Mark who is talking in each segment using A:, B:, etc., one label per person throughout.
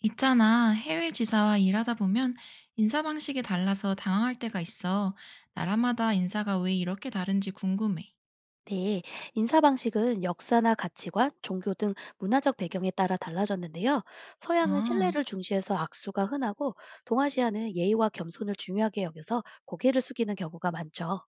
A: 있잖아, 해외 지사와 일하다 보면 인사 방식이 달라서 당황할 때가 있어. 나라마다 인사가 왜 이렇게 다른지 궁금해.
B: 네, 인사 방식은 역사나 가치관, 종교 등 문화적 배경에 따라 달라졌는데요. 서양은
A: 아,
B: 신뢰를 중시해서 악수가 흔하고, 동아시아는 예의와 겸손을 중요하게 여겨서 고개를 숙이는 경우가 많죠.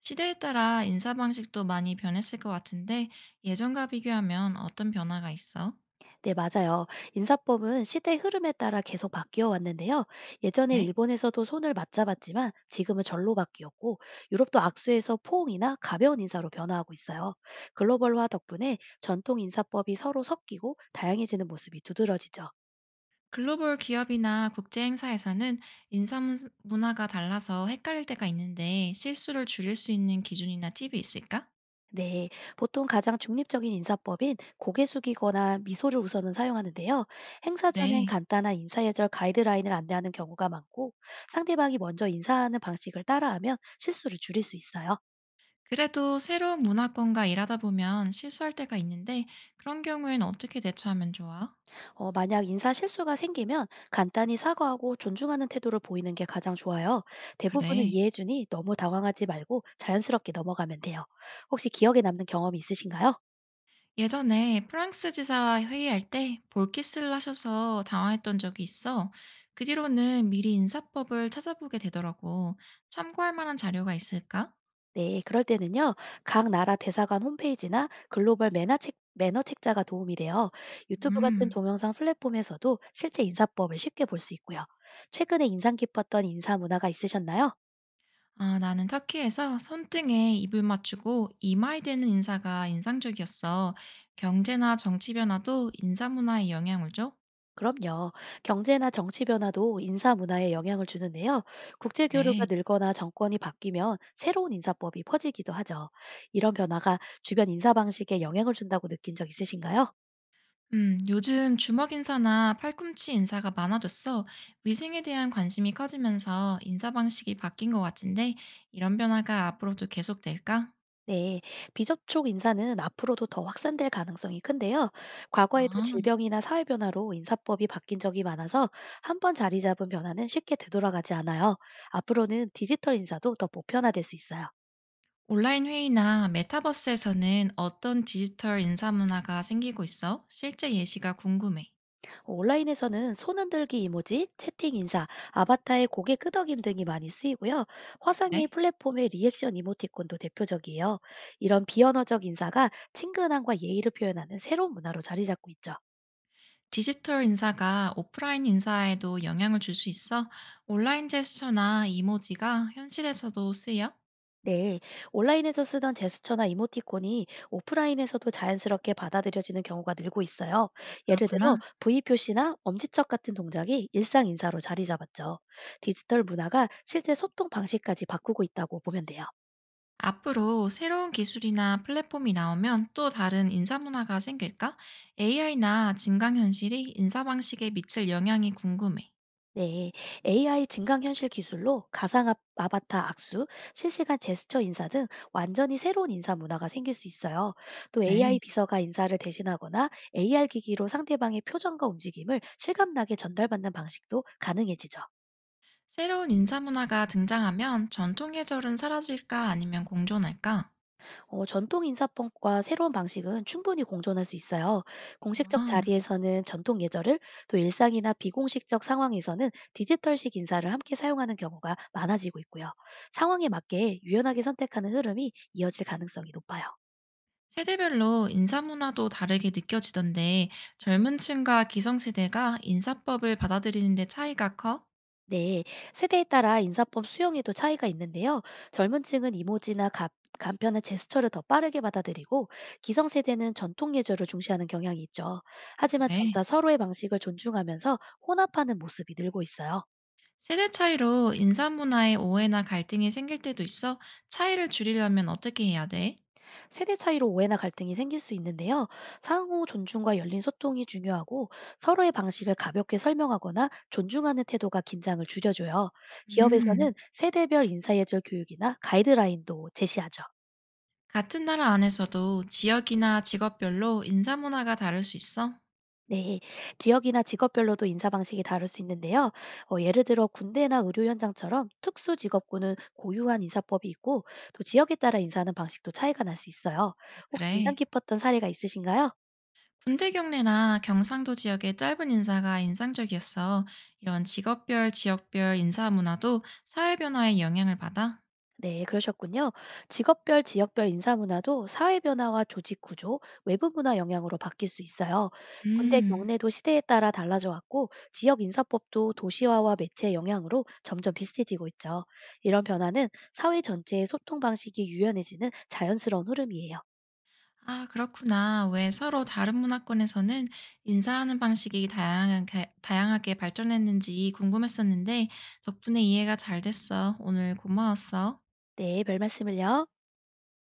A: 시대에 따라 인사 방식도 많이 변했을 것 같은데 예전과 비교하면 어떤 변화가 있어?
B: 네, 맞아요. 인사법은 시대 흐름에 따라 계속 바뀌어 왔는데요. 예전엔
A: 그래?
B: 일본에서도 손을 맞잡았지만 지금은 절로 바뀌었고, 유럽도 악수에서 포옹이나 가벼운 인사로 변화하고 있어요. 글로벌화 덕분에 전통 인사법이 서로 섞이고 다양해지는 모습이 두드러지죠.
A: 글로벌 기업이나 국제 행사에서는 인사 문- 문화가 달라서 헷갈릴 때가 있는데 실수를 줄일 수 있는 기준이나 팁이 있을까?
B: 네, 보통 가장 중립적인 인사법인 고개 숙이거나 미소를 우선은 사용하는데요. 행사 전엔
A: 그래.
B: 간단한 인사예절 가이드라인을 안내하는 경우가 많고, 상대방이 먼저 인사하는 방식을 따라하면 실수를 줄일 수 있어요.
A: 그래도 새로운 문화권과 일하다 보면 실수할 때가 있는데 그런 경우에는 어떻게 대처하면 좋아?
B: 만약 인사 실수가 생기면 간단히 사과하고 존중하는 태도를 보이는 게 가장 좋아요. 대부분은
A: 그래.
B: 이해해주니 너무 당황하지 말고 자연스럽게 넘어가면 돼요. 혹시 기억에 남는 경험이 있으신가요?
A: 예전에 프랑스 지사와 회의할 때 볼키스를 하셔서 당황했던 적이 있어. 그 뒤로는 미리 인사법을 찾아보게 되더라고. 참고할 만한 자료가 있을까?
B: 네, 그럴 때는요, 각 나라 대사관 홈페이지나 글로벌 매너 책, 매너 책자가 도움이 돼요. 유튜브 같은
A: 음.
B: 동영상 플랫폼에서도 실제 인사법을 쉽게 볼 수 있고요. 최근에 인상 깊었던 인사 문화가 있으셨나요?
A: 아, 나는 터키에서 손등에 입을 맞추고 이마에 대는 인사가 인상적이었어. 경제나 정치 변화도 인사 문화에 영향을 줘?
B: 그럼요. 경제나 정치 변화도 인사 문화에 영향을 주는데요. 국제 교류가
A: 그래.
B: 늘거나 정권이 바뀌면 새로운 인사법이 퍼지기도 하죠. 이런 변화가 주변 인사 방식에 영향을 준다고 느낀 적 있으신가요?
A: 요즘 주먹 인사나 팔꿈치 인사가 많아져서 위생에 대한 관심이 커지면서 인사 방식이 바뀐 것 같은데 이런 변화가 앞으로도 계속될까?
B: 네, 비접촉 인사는 앞으로도 더 확산될 가능성이 큰데요.
A: 아,
B: 과거에도 질병이나 사회 변화로 인사법이 바뀐 적이 많아서 한 번 자리 잡은 변화는 쉽게 되돌아가지 않아요. 앞으로는 디지털 인사도 더 보편화될 수 있어요.
A: 온라인 회의나 메타버스에서는 어떤 디지털 인사 문화가 생기고 있어? 실제 예시가 궁금해.
B: 온라인에서는 손 흔들기 이모지, 채팅 인사, 아바타의 고개 끄덕임 등이 많이 쓰이고요.
A: 아,
B: 화상의
A: 그래?
B: 플랫폼의 리액션 이모티콘도 대표적이에요. 이런 비언어적 인사가 친근함과 예의를 표현하는 새로운 문화로 자리 잡고 있죠.
A: 디지털 인사가 오프라인 인사에도 영향을 줄 수 있어? 온라인 제스처나 이모지가 현실에서도 쓰여?
B: 네, 온라인에서 쓰던 제스처나 이모티콘이 오프라인에서도 자연스럽게 받아들여지는 경우가 늘고 있어요. 예를 들어,
A: 그렇구나.
B: V 표시나 엄지척 같은 동작이 일상 인사로 자리 잡았죠. 디지털 문화가 실제 소통 방식까지 바꾸고 있다고 보면 돼요.
A: 앞으로 새로운 기술이나 플랫폼이 나오면 또 다른 인사 문화가 생길까? AI나 증강현실이 인사 방식에 미칠 영향이 궁금해.
B: 네, AI 증강현실 기술로 가상 아바타 악수, 실시간 제스처 인사 등 완전히 새로운 인사 문화가 생길 수 있어요. 또 AI
A: 그래.
B: 비서가 인사를 대신하거나 AR 기기로 상대방의 표정과 움직임을 실감나게 전달받는 방식도 가능해지죠.
A: 새로운 인사 문화가 등장하면 전통 예절은 사라질까 아니면 공존할까?
B: 전통 인사법과 새로운 방식은 충분히 공존할 수 있어요. 공식적
A: 아,
B: 자리에서는 전통 예절을, 또 일상이나 비공식적 상황에서는 디지털식 인사를 함께 사용하는 경우가 많아지고 있고요. 상황에 맞게 유연하게 선택하는 흐름이 이어질 가능성이 높아요.
A: 세대별로 인사 문화도 다르게 느껴지던데 젊은 층과 기성세대가 인사법을 받아들이는 데 차이가 커?
B: 네, 세대에 따라 인사법 수용에도 차이가 있는데요. 젊은 층은 이모지나 간편한 제스처를 더 빠르게 받아들이고 기성세대는 전통 예절을 중시하는 경향이 있죠. 하지만
A: 그래.
B: 점차 서로의 방식을 존중하면서 혼합하는 모습이 늘고 있어요.
A: 세대 차이로 인사 문화에 오해나 갈등이 생길 때도 있어 차이를 줄이려면 어떻게 해야 돼?
B: 세대 차이로 오해나 갈등이 생길 수 있는데요. 상호 존중과 열린 소통이 중요하고 서로의 방식을 가볍게 설명하거나 존중하는 태도가 긴장을 줄여줘요.
A: 음,
B: 기업에서는 세대별 인사예절 교육이나 가이드라인도 제시하죠.
A: 같은 나라 안에서도 지역이나 직업별로 인사 문화가 다를 수 있어?
B: 네, 지역이나 직업별로도 인사 방식이 다를 수 있는데요. 예를 들어 군대나 의료 현장처럼 특수 직업군은 고유한 인사법이 있고 또 지역에 따라 인사하는 방식도 차이가 날 수 있어요. 혹시
A: 그래.
B: 인상 깊었던 사례가 있으신가요?
A: 군대 경례나 경상도 지역의 짧은 인사가 인상적이었어. 이런 직업별, 지역별 인사 문화도 사회 변화에 영향을 받아?
B: 네, 그러셨군요. 직업별, 지역별 인사 문화도 사회 변화와 조직 구조, 외부 문화 영향으로 바뀔 수 있어요. 군대
A: 음.
B: 경례도 시대에 따라 달라져 왔고, 지역 인사법도 도시화와 매체 영향으로 점점 비슷해지고 있죠. 이런 변화는 사회 전체의 소통 방식이 유연해지는 자연스러운 흐름이에요.
A: 아, 그렇구나. 왜 서로 다른 문화권에서는 인사하는 방식이 다양하게, 다양하게 발전했는지 궁금했었는데, 덕분에 이해가 잘 됐어. 오늘 고마웠어.
B: 네, 별 말씀을요.